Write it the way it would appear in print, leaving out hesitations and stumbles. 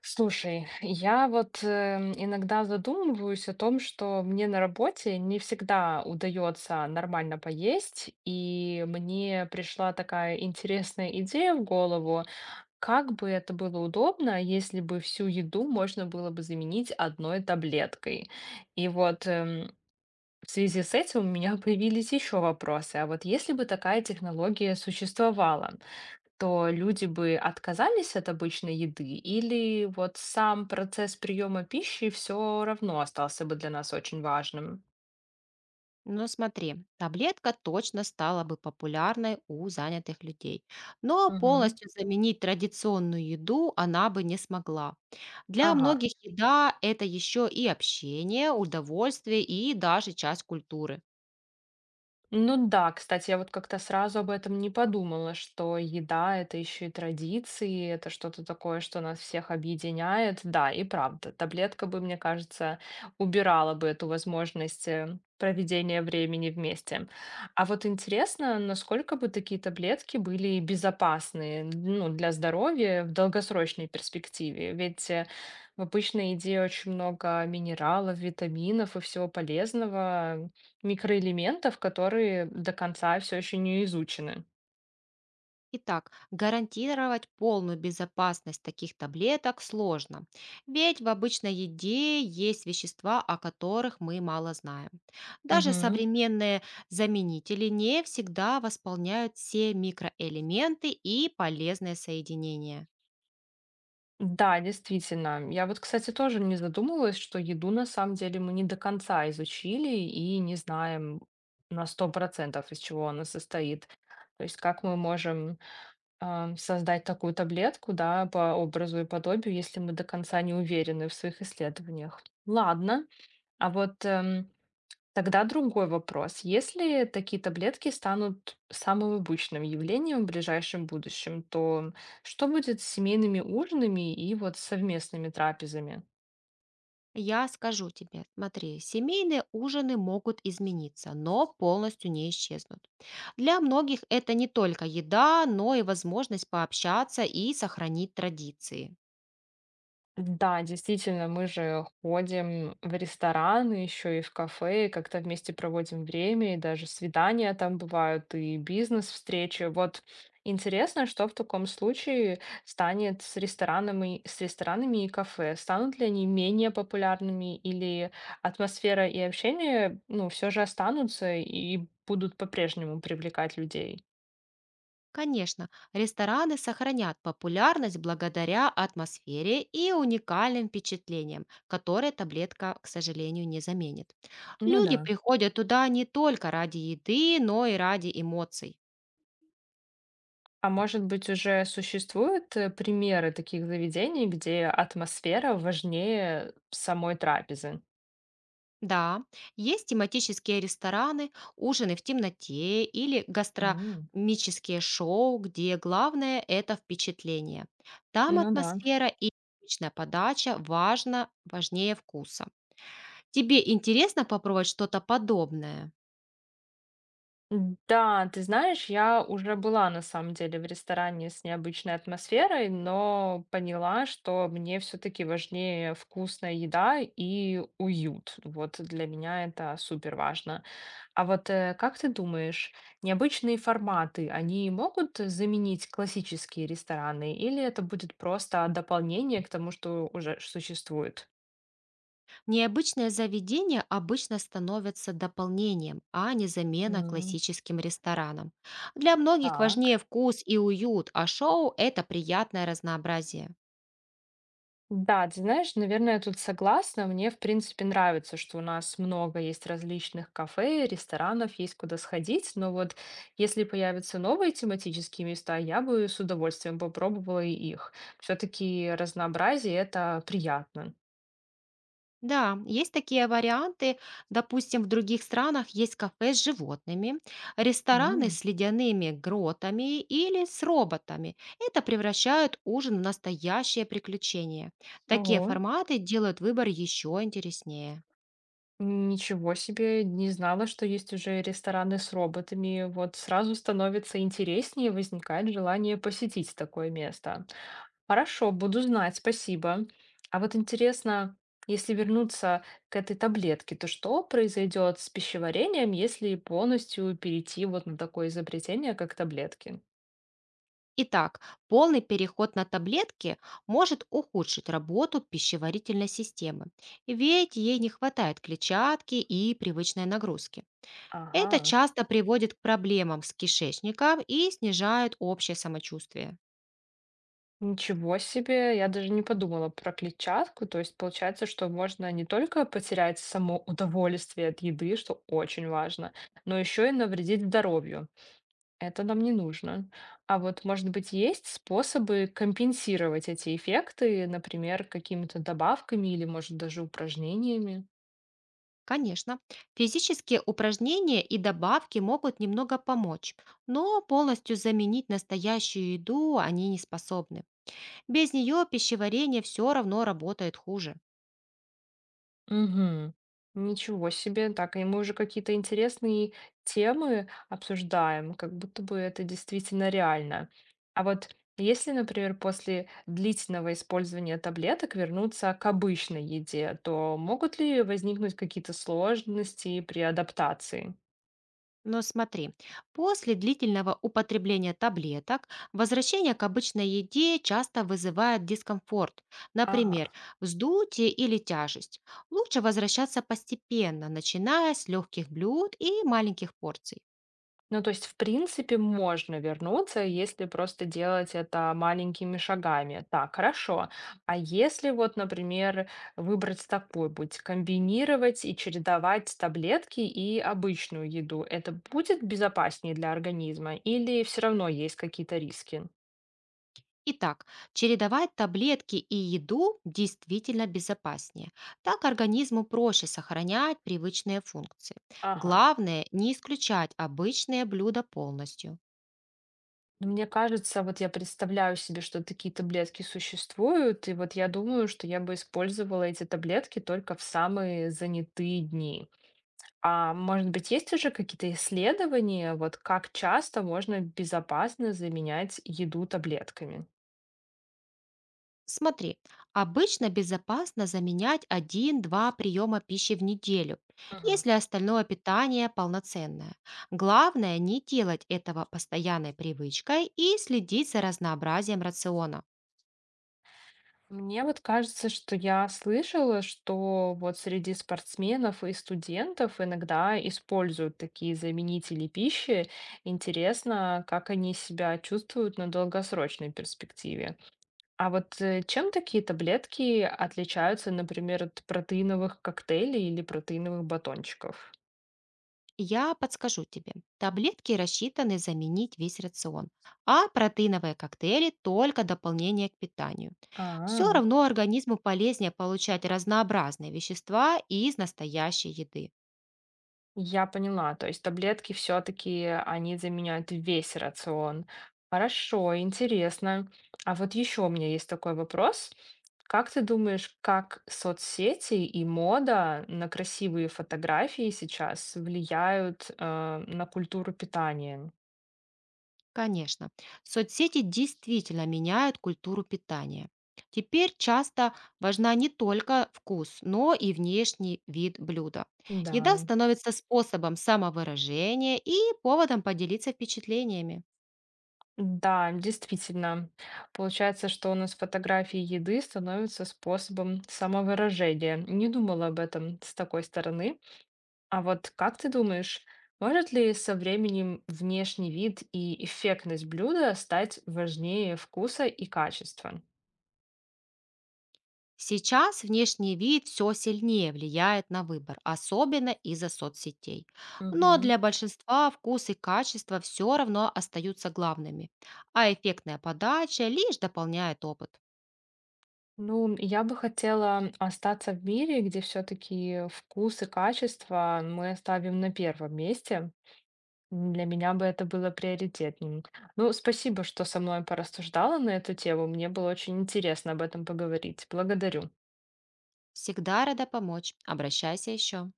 Слушай, я вот иногда задумываюсь о том, что мне на работе не всегда удается нормально поесть, и мне пришла такая интересная идея в голову, как бы это было удобно, если бы всю еду можно было бы заменить одной таблеткой. И вот в связи с этим у меня появились еще вопросы. А вот если бы такая технология существовала, то люди бы отказались от обычной еды, или вот сам процесс приема пищи все равно остался бы для нас очень важным? Ну смотри, таблетка точно стала бы популярной у занятых людей, но Мгм. полностью заменить традиционную еду она бы не смогла. Для Ага. многих еда– это еще и общение, удовольствие и даже часть культуры. Ну да, кстати, я вот как-то сразу об этом не подумала, что еда это еще и традиции, это что-то такое, что нас всех объединяет. Да, и правда, таблетка бы, мне кажется, убирала бы эту возможность проведения времени вместе. А вот интересно, насколько бы такие таблетки были безопасны, ну, для здоровья в долгосрочной перспективе? Ведь в обычной еде очень много минералов, витаминов и всего полезного. Микроэлементов, которые до конца все еще не изучены. Итак, гарантировать полную безопасность таких таблеток сложно, ведь в обычной еде есть вещества, о которых мы мало знаем. Даже Мгм. современные заменители не всегда восполняют все микроэлементы и полезные соединения. Да, действительно. Я вот, кстати, тоже не задумывалась, что еду на самом деле мы не до конца изучили и не знаем на сто процентов, из чего она состоит. То есть как мы можем, создать такую таблетку, да, по образу и подобию, если мы до конца не уверены в своих исследованиях. Ладно, а вот, тогда другой вопрос. Если такие таблетки станут самым обычным явлением в ближайшем будущем, то что будет с семейными ужинами и вот совместными трапезами? Я скажу тебе, смотри, семейные ужины могут измениться, но полностью не исчезнут. Для многих это не только еда, но и возможность пообщаться и сохранить традиции. Да, действительно, мы же ходим в рестораны, еще и в кафе, и как-то вместе проводим время, и даже свидания там бывают, и бизнес-встречи. Вот интересно, что в таком случае станет с ресторанами и кафе? Станут ли они менее популярными, или атмосфера и общение, ну, все же останутся и будут по-прежнему привлекать людей? Конечно, рестораны сохранят популярность благодаря атмосфере и уникальным впечатлениям, которые таблетка, к сожалению, не заменит. Ну да. Люди приходят туда не только ради еды, но и ради эмоций. А может быть, уже существуют примеры таких заведений, где атмосфера важнее самой трапезы? Да, есть тематические рестораны, ужины в темноте или М. гастрономические шоу, где главное– это впечатление. Там Ну да. атмосфера и личная подача важна, важнее вкуса. Тебе интересно попробовать что-то подобное? Да, ты знаешь, я уже была на самом деле в ресторане с необычной атмосферой, но поняла, что мне все-таки важнее вкусная еда и уют. Вот для меня это супер важно. А вот как ты думаешь, необычные форматы, они могут заменить классические рестораны, или это будет просто дополнение к тому, что уже существует? Необычное заведение обычно становится дополнением, а не замена М. классическим ресторанам. Для многих Так. важнее вкус и уют, а шоу– это приятное разнообразие. Да, ты знаешь, наверное, я тут согласна. Мне, в принципе, нравится, что у нас много есть различных кафе, ресторанов, есть куда сходить. Но вот если появятся новые тематические места, я бы с удовольствием попробовала и их. Все-таки разнообразие это приятно. Да, есть такие варианты. Допустим, в других странах есть кафе с животными, рестораны М. с ледяными гротами или с роботами. Это превращает ужин в настоящее приключение. Такие Ого. форматы делают выбор еще интереснее. Ничего себе, не знала, что есть уже рестораны с роботами. Вот сразу становится интереснее, возникает желание посетить такое место. Хорошо, буду знать, спасибо. А вот интересно, если вернуться к этой таблетке, то что произойдет с пищеварением, если полностью перейти вот на такое изобретение, как таблетки? Итак, полный переход на таблетки может ухудшить работу пищеварительной системы, ведь ей не хватает клетчатки и привычной нагрузки. Это Ага. часто приводит к проблемам с кишечником и снижает общее самочувствие. Ничего себе, я даже не подумала про клетчатку. То есть получается, что можно не только потерять само удовольствие от еды, что очень важно, но еще и навредить здоровью. Это нам не нужно. А вот, может быть, есть способы компенсировать эти эффекты, например, какими-то добавками или, может, даже упражнениями? Конечно, физические упражнения и добавки могут немного помочь, но полностью заменить настоящую еду они не способны. Без нее пищеварение все равно работает хуже. Мгм. Ничего себе. Так, и мы уже какие-то интересные темы обсуждаем, как будто бы это действительно реально. А вот если, например, после длительного использования таблеток вернуться к обычной еде, то могут ли возникнуть какие-то сложности при адаптации? Но смотри, после длительного употребления таблеток возвращение к обычной еде часто вызывает дискомфорт, например, Ага. вздутие или тяжесть. Лучше возвращаться постепенно, начиная с легких блюд и маленьких порций. Ну, то есть, в принципе, можно вернуться, если просто делать это маленькими шагами. Так, хорошо. А если вот, например, выбрать такой путь, комбинировать и чередовать таблетки и обычную еду, это будет безопаснее для организма или все равно есть какие-то риски? Итак, чередовать таблетки и еду действительно безопаснее. Так организму проще сохранять привычные функции. Ага. Главное, не исключать обычные блюда полностью. Ну, мне кажется, вот я представляю себе, что такие таблетки существуют, и вот я думаю, что я бы использовала эти таблетки только в самые занятые дни. А может быть, есть уже какие-то исследования, вот как часто можно безопасно заменять еду таблетками? Смотри, обычно безопасно заменять один-два приема пищи в неделю, Мгм. если остальное питание полноценное. Главное не делать этого постоянной привычкой и следить за разнообразием рациона. Мне вот кажется, что я слышала, что вот среди спортсменов и студентов иногда используют такие заменители пищи. Интересно, как они себя чувствуют на долгосрочной перспективе. А вот чем такие таблетки отличаются, например, от протеиновых коктейлей или протеиновых батончиков? Я подскажу тебе. Таблетки рассчитаны заменить весь рацион, а протеиновые коктейли– только дополнение к питанию. Все А. равно организму полезнее получать разнообразные вещества из настоящей еды. Я поняла, то есть таблетки все-таки они заменяют весь рацион. Хорошо, интересно. А вот еще у меня есть такой вопрос. Как ты думаешь, как соцсети и мода на красивые фотографии сейчас влияют, на культуру питания? Конечно, соцсети действительно меняют культуру питания. Теперь часто важна не только вкус, но и внешний вид блюда. Еда Да. становится способом самовыражения и поводом поделиться впечатлениями. Да, действительно. Получается, что у нас фотографии еды становятся способом самовыражения. Не думала об этом с такой стороны. А вот как ты думаешь, может ли со временем внешний вид и эффектность блюда стать важнее вкуса и качества? Сейчас внешний вид все сильнее влияет на выбор, особенно из-за соцсетей. Но Мгм. для большинства вкус и качество все равно остаются главными, а эффектная подача лишь дополняет опыт. Ну, я бы хотела остаться в мире, где все-таки вкус и качество мы оставим на первом месте. Для меня бы это было приоритетным. Ну, спасибо, что со мной порассуждала на эту тему. Мне было очень интересно об этом поговорить. Благодарю. Всегда рада помочь. Обращайся еще.